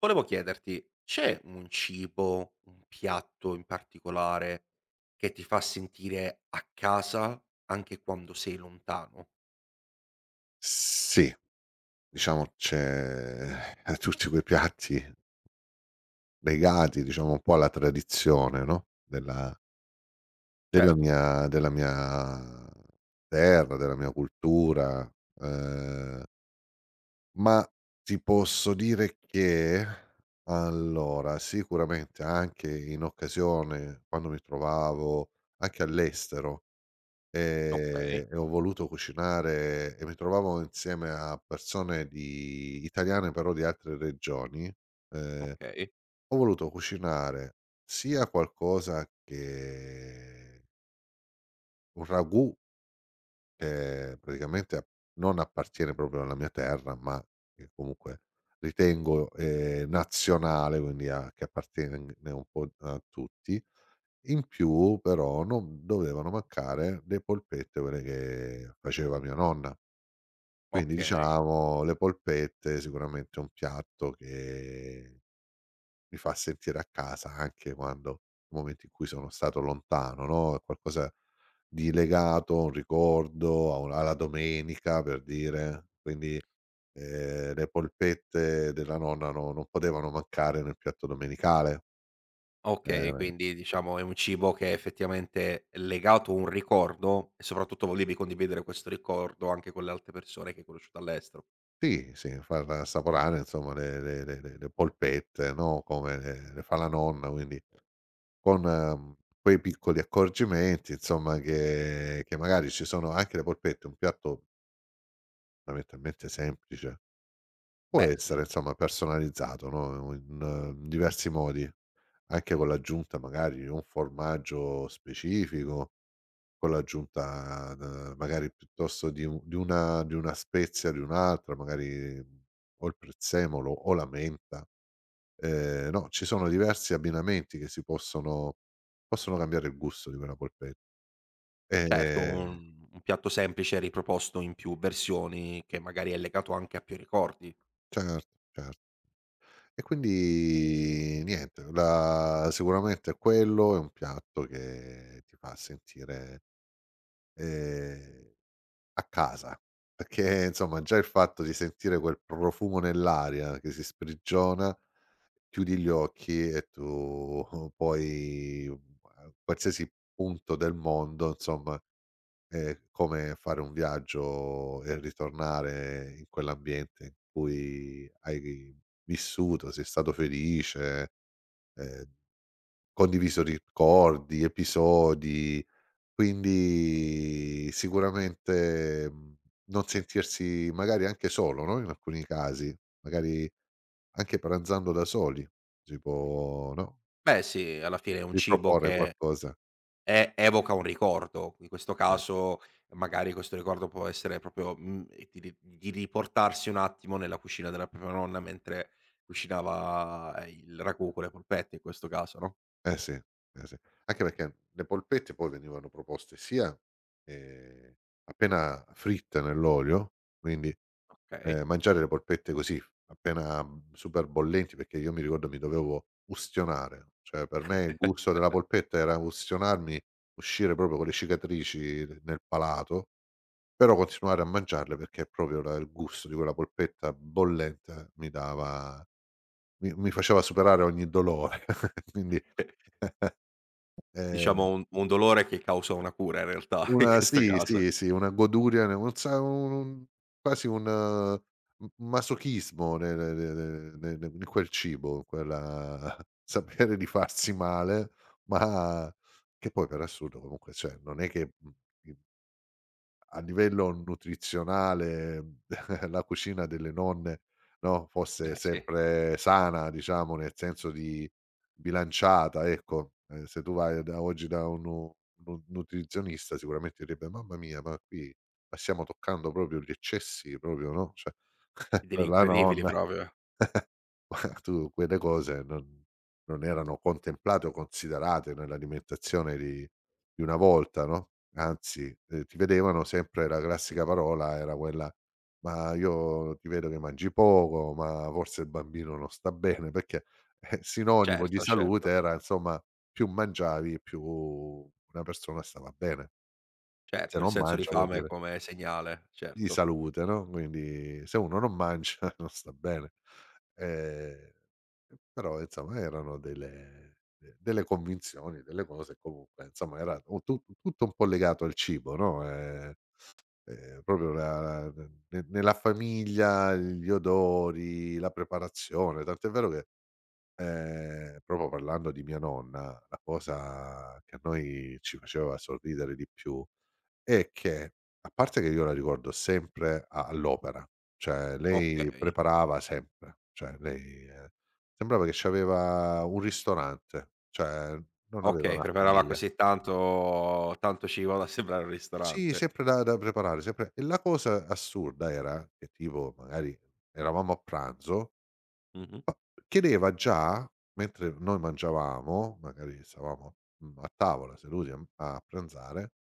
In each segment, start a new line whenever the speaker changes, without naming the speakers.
Volevo chiederti, c'è un cibo, un piatto in particolare che ti fa sentire a casa anche quando sei lontano?
Sì, diciamo c'è tutti quei piatti legati, diciamo, un po' alla tradizione, no, della della
Certo.
mia della mia terra, della mia cultura, ehm, ma ti posso dire che allora, sicuramente anche in occasione, quando mi trovavo anche all'estero.
Okay,
E ho voluto cucinare e mi trovavo insieme a persone di italiane però di altre regioni, ehm,
okay.
ho voluto cucinare sia qualcosa che un ragù che praticamente a non appartiene proprio alla mia terra, ma che comunque ritengo, nazionale, quindi a che appartiene un po' a tutti. In più però non dovevano mancare le polpette, quelle che faceva mia nonna. Quindi
Okay,
diciamo le polpette sicuramente un piatto che mi fa sentire a casa anche quando i momenti in cui sono stato lontano, no, è qualcosa di legato a un ricordo, a un alla domenica, per dire, quindi, le polpette della nonna no non potevano mancare nel piatto domenicale.
okay,
Eh,
quindi diciamo è un cibo che è effettivamente legato a un ricordo e soprattutto volevi condividere questo ricordo anche con le altre persone che hai conosciuto all'estero.
sì, sì, far assaporare insomma le polpette, no, come le fa la nonna, quindi con quei piccoli accorgimenti insomma, che magari ci sono. Anche le polpette, un piatto fondamentalmente semplice, può
Beh
essere
sì.
insomma personalizzato, no, in in diversi modi, anche con l'aggiunta magari di un formaggio specifico, con l'aggiunta d magari piuttosto di un di una spezia, di un'altra, magari, o il prezzemolo o la menta. No, ci sono diversi abbinamenti che si possono cambiare il gusto di quella polpetta.
Certo,
Ehm
un piatto semplice riproposto in più versioni che magari è legato anche a più ricordi.
certo, certo. E quindi niente, la sicuramente quello è un piatto che ti fa sentire, ehm a casa, perché insomma già il fatto di sentire quel profumo nell'aria che si sprigiona, chiudi gli occhi e tu poi a qualsiasi punto del mondo, insomma, è come fare un viaggio e ritornare in quell'ambiente in cui hai vissuto, sei stato felice, ehm, condiviso ricordi, episodi, quindi sicuramente, non sentirsi magari anche solo, no, in alcuni casi, magari anche pranzando da soli si può, no,
Beh sì, alla fine è un cibo
riproporre
che
qualcosa.
evoca un ricordo. In questo
Cer
caso magari questo ricordo può essere proprio, di ri di riportarsi un attimo nella cucina della propria nonna mentre cucinava, il ragù con le polpette in questo caso, no,
Eh sì, eh sì. Anche perché le polpette poi venivano proposte sia, ehm, appena fritte nell'olio, quindi
okay.
Mangiare le polpette così, appena, super bollenti, perché io mi ricordo mi dovevo ustionare, cioè per me il gusto della polpetta era ustionarmi, uscire proprio con le cicatrici n nel palato, però continuare a mangiarle perché proprio la il gusto di quella polpetta bollente mi dava mi faceva superare ogni dolore, quindi ehm
Diciamo un dolore che causa una cura in realtà in
una
questo
sì,
caso.
sì, sì, una goduria, non sa un quasi un m masochismo ne ne ne ne ne in quel cibo, quella sapere di farsi male, ma che poi per assurdo comunque, cioè, non è che, i a livello nutrizionale, la cucina delle nonne, no, fosse
Beh sì,
sempre sana, diciamo, nel senso di bilanciata, ecco. Se tu vai da oggi da uno nutrizionista sicuramente direbbe: "Mamma mia, ma qui ma stiamo toccando proprio gli eccessi proprio, no, cioè,
degli
per la
incredibili
nonna."
proprio.
Ma tu quelle cose non non erano contemplate o considerate nell'alimentazione di una volta, no, anzi, ti vedevano sempre. La classica parola era quella: "Ma io ti vedo che mangi poco, ma forse il bambino non sta bene", perché, sinonimo di
Certo,
salute
certo.
era insomma più mangiavi più una persona stava bene. Se
Certo, il
non
senso di
mangia vuol
fame
dire
come segnale,
di
certo.
salute, no, quindi se uno non mangia non sta bene. Ehm, Però insomma erano delle convinzioni, delle cose comunque insomma era u tu tutto un po' legato al cibo, no, proprio la la- ne nella famiglia, gli odori, la preparazione, tant'è vero che, proprio parlando di mia nonna, la cosa che a noi ci faceva sorridere di più è che a parte che io la ricordo sempre a all'opera, cioè lei
Okay.
preparava sempre, cioè lei, sembrava che c'aveva un ristorante, cioè non aveva
Okay,
una
preparava
famiglia.
così tanto tanto cibo da sembrare un
Sì,
ristorante.
sempre da preparare, sempre. E la cosa assurda era che tipo magari eravamo a pranzo,
Mh-mh.
chiedeva già mentre noi mangiavamo, magari stavamo, a tavola seduti a pranzare.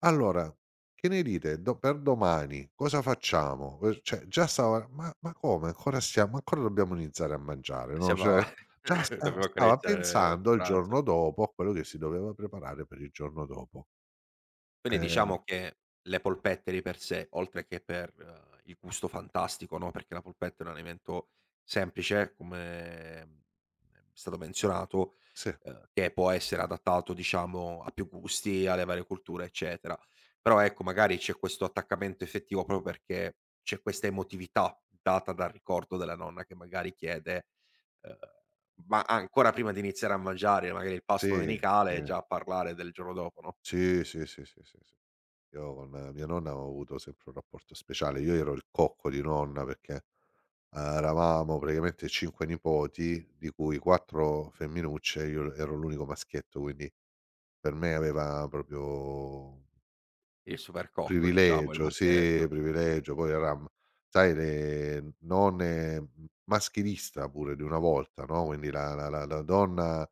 Allora, che ne dite do per domani cosa facciamo? Cioè già stava ma come ancora stiamo ancora dobbiamo iniziare a mangiare, no,
Siamo
cioè già
dovevamo
stava
accarezzare il
pensando il
pranzo.
giorno dopo a quello che si doveva preparare per il giorno dopo.
Quindi
Eh,
diciamo che le polpette di per sé, oltre che per, il gusto fantastico, no, perché la polpetta è un alimento semplice, come, è stato menzionato,
sì,
che può essere adattato diciamo a più gusti, alle varie culture, eccetera. Però ecco, magari c'è questo attaccamento effettivo proprio perché c'è questa emotività data dal ricordo della nonna che magari chiede uhm, ma ancora prima di iniziare a mangiare magari il pasto
sì, sì.
domenicale, già a parlare del giorno dopo, no?
Sì, sì, sì, sì, sì, sì. Io con mia nonna ho avuto sempre un rapporto speciale. Io ero il cocco di nonna perché, eravamo praticamente 5 nipoti, di cui 4 femminucce, io ero l'unico maschietto, quindi per me aveva proprio
Il supercocco diciamo, il
privilegio, sì,
maschietto.
privilegio, poi era m sai le nonne, maschilista pure di una volta, no, quindi la donna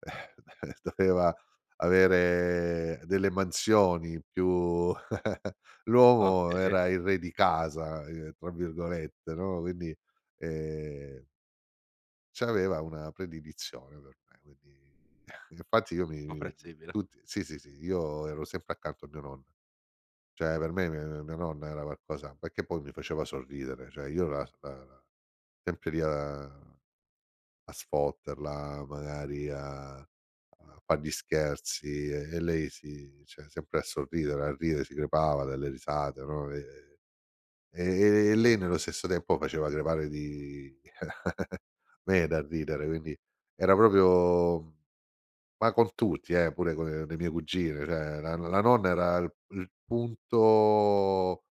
doveva avere delle mansioni più l'uomo
Okay,
era il "re di casa", tra virgolette, no, quindi, ehm c'aveva una predilizione per me, quindi infatti io mi mi
comprensibile.
tutti sì, sì, sì, io ero sempre accanto a mia nonna. Cioè per me mia nonna era qualcosa perché poi mi faceva sorridere, cioè io la la la sempre lì a a sfotterla, magari a a far gli scherzi e lei si cioè sempre a sorridere, a ridere, si crepava dalle risate, no, e lei nello stesso tempo faceva crepare di me dal ridere, quindi era proprio. Ma con tutti, pure con le mie cugine, cioè la nonna era il punto,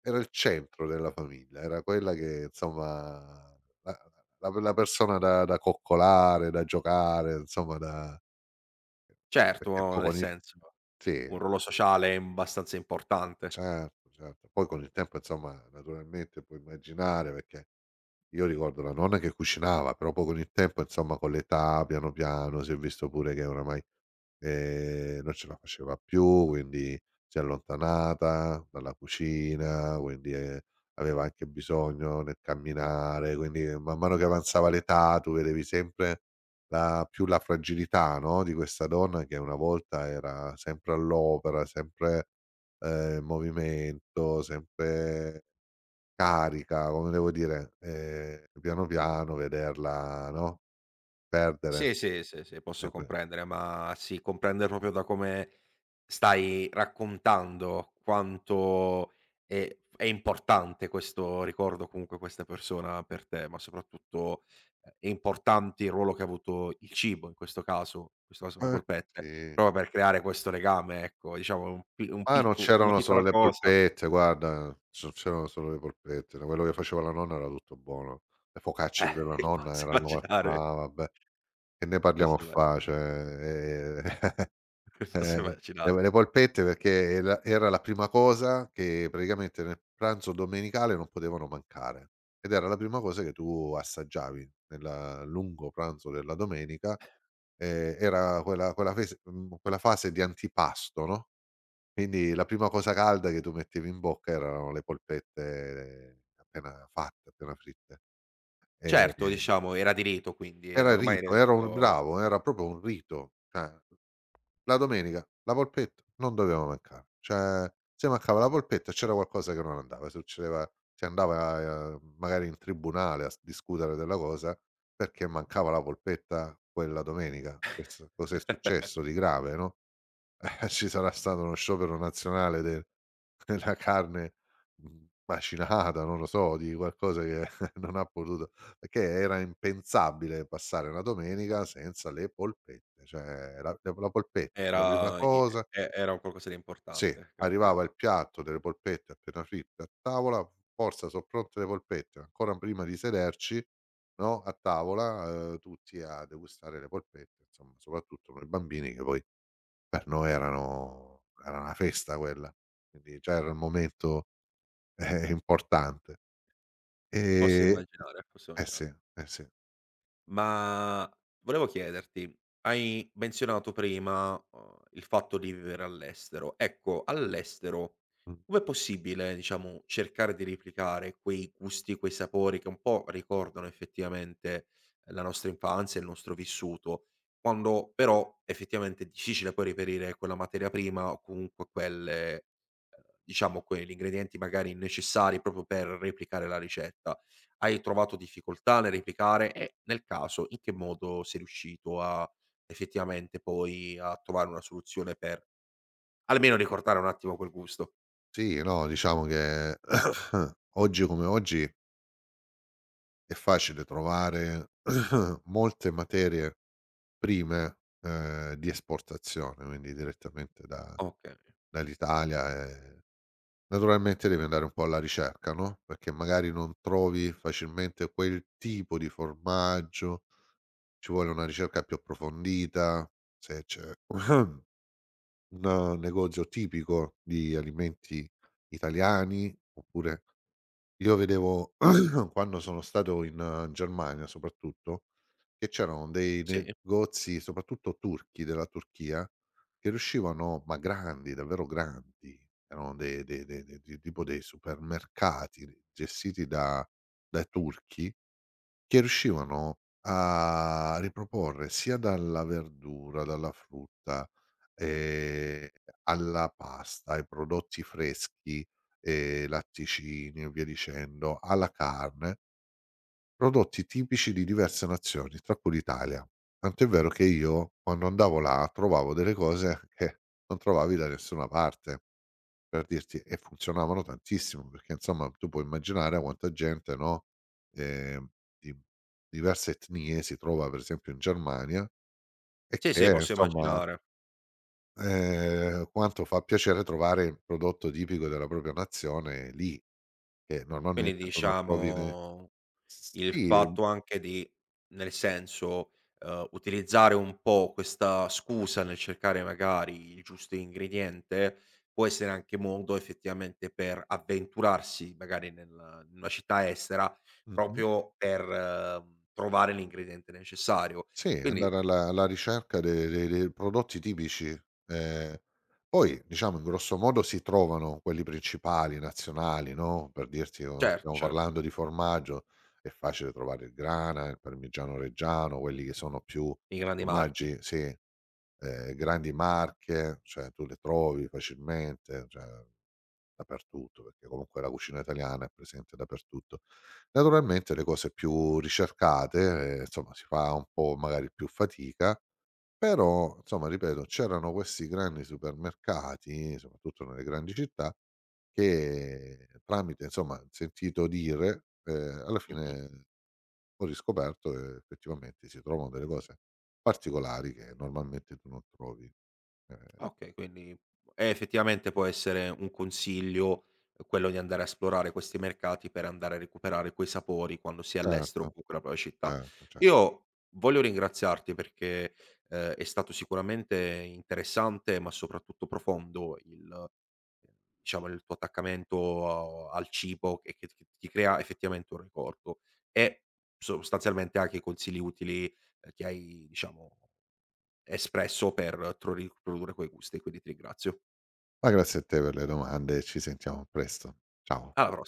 era il centro della famiglia, era quella che insomma la la persona da da coccolare, da giocare, insomma da perché
Certo,
poi
nel
con il
senso,
sì,
un ruolo sociale abbastanza importante.
certo, certo. Poi con il tempo insomma naturalmente puoi immaginare perché io ricordo la nonna che cucinava, però poi con il tempo, insomma, con l'età, piano piano, si è visto pure che oramai, non ce la faceva più, quindi si è allontanata dalla cucina, quindi, aveva anche bisogno nel camminare, quindi man mano che avanzava l'età tu vedevi sempre la fragilità, no, di questa donna che una volta era sempre all'opera, sempre, in movimento, sempre carica, come devo dire, piano piano vederla, no, perdere
Sì, sì, sì, sì, posso
le que
comprendere, ma sì, comprendere proprio da come stai raccontando quanto è importante questo ricordo, comunque questa persona per te, ma soprattutto, è importante il ruolo che ha avuto il cibo in questo caso le
eh,
polpette,
sì.
proprio per creare questo legame, ecco, diciamo un
Ma non
picco una
c'erano solo
piccola
le
cosa.
polpette, guarda, non c'erano solo le polpette, da quello che faceva la nonna era tutto buono. Le focacce
Eh,
della nonna
posso
erano
immaginare,
ma vabbè, che ne parliamo a
posso immagi
fa', cioè,
posso
eh,
immaginare.
le polpette perché era la prima cosa che praticamente nel pranzo domenicale non potevano mancare, ed era la prima cosa che tu assaggiavi nel lungo pranzo della domenica, era quella fese quella fase di antipasto, no, quindi la prima cosa calda che tu mettevi in bocca erano le polpette appena fatte, appena fritte.
Certo,
Ehm,
diciamo era diritto quindi, era
Era il
ormai era
rito, era un
diventato
bravo, era proprio un rito, cioè la domenica la polpetta non doveva mancare, cioè se mancava la polpetta c'era qualcosa che non andava, succedeva si andava, magari in tribunale a s discutere della cosa perché mancava la polpetta quella domenica. Questo cos'è successo di grave, no? Ci sarà stato uno sciopero nazionale del della carne, macinata, non lo so, di qualcosa che non ha potuto, perché era impensabile passare una domenica senza le polpette, cioè la polpetta, la prima
Era i
cosa
e era un qualcosa di
sì,
importante,
arrivava il
comprendo.
piatto delle polpette appena fritte a tavola, forza son pronte le polpette, ancora prima di sederci, no, a tavola, tutti a degustare le polpette, insomma, soprattutto noi bambini che poi per noi era una festa quella, quindi già era un momento, importante.
Posso
Ehm
immaginare, posso
eh sì,
immaginare.
eh sì.
Ma volevo chiederti, hai menzionato prima, il fatto di vivere all'estero. Ecco, all'estero
Mh.
com'è possibile, diciamo, cercare di replicare quei gusti, quei sapori che un po' ricordano effettivamente la nostra infanzia, il nostro vissuto, quando però effettivamente è difficile poi reperire quella materia prima o comunque quelle diciamo quegli ingredienti magari necessari proprio per replicare la ricetta. Hai trovato difficoltà nel replicare e, nel caso, in che modo sei riuscito a effettivamente poi a trovare una soluzione per almeno ricordare un attimo quel gusto?
Sì, no, diciamo che oggi come oggi è facile trovare molte materie prime, di esportazione, quindi direttamente da
Okay.
dall'Italia, naturalmente devi andare un po' alla ricerca, no, perché magari non trovi facilmente quel tipo di formaggio. Ci vuole una ricerca più approfondita, se c'è un negozio tipico di alimenti italiani, oppure io vedevo quando sono stato in Germania soprattutto, che c'erano dei
Sì,
negozi, soprattutto turchi, della Turchia, che riuscivano ma grandi, davvero grandi, erano de de de de tipo dei supermercati gestiti da dai turchi che riuscivano a riproporre sia dalla verdura, dalla frutta, ehm, alla pasta, ai prodotti freschi, latticini e via dicendo, alla carne, prodotti tipici di diverse nazioni, tra cui l'Italia. Tant'è vero che io, quando andavo là, trovavo delle cose che non trovavi da nessuna parte. Per dirti, e funzionavano tantissimo perché insomma tu puoi immaginare a quanta gente, no, ehm, di diverse etnie si trova per esempio in Germania e
sì,
che
sì, posso
insomma,
immaginare.
quanto fa piacere trovare il prodotto tipico della propria nazione lì, che
Quindi
normalmente tu non trovi ne
diciamo
s
il
sì,
fatto anche di nel senso, utilizzare un po' questa scusa nel cercare magari il giusto ingrediente, può essere anche modo effettivamente per avventurarsi magari nel in una città estera,
mh-mh.
proprio per trovare l'ingrediente necessario.
Sì,
Quindi
andare alla ricerca de de dei prodotti tipici, ehm, poi diciamo in grosso modo si trovano quelli principali, nazionali, no, per dirti o
certo,
stiamo
certo,
parlando di formaggio, è facile trovare il grana, il parmigiano reggiano, quelli che sono più
i grandi marchi.
formaggi sì, grandi marche, cioè tu le trovi facilmente, cioè dappertutto, perché comunque la cucina italiana è presente dappertutto. Naturalmente le cose più ricercate, insomma si fa un po' magari più fatica, però insomma ripeto c'erano questi grandi supermercati, soprattutto nelle grandi città, che tramite insomma sentito dire, alla
Mh-mh.
fine ho riscoperto che effettivamente si trovano delle cose particolari che normalmente tu non trovi. Ehm
Okay, quindi effettivamente può essere un consiglio, quello di andare a esplorare questi mercati per andare a recuperare quei sapori quando si è all'estero o
certo,
comunque nella propria città.
certo, cer
Io voglio ringraziarti perché, è stato sicuramente interessante, ma soprattutto profondo il eh, diciamo il tuo attaccamento a al cibo e che t ti crea effettivamente un ricordo e sostanzialmente anche i consigli utili, che hai diciamo espresso per tro riprodurre quei gusti, quindi ti ringrazio.
ma grazie a te per le domande e ci sentiamo presto. Ciao.
Alla pros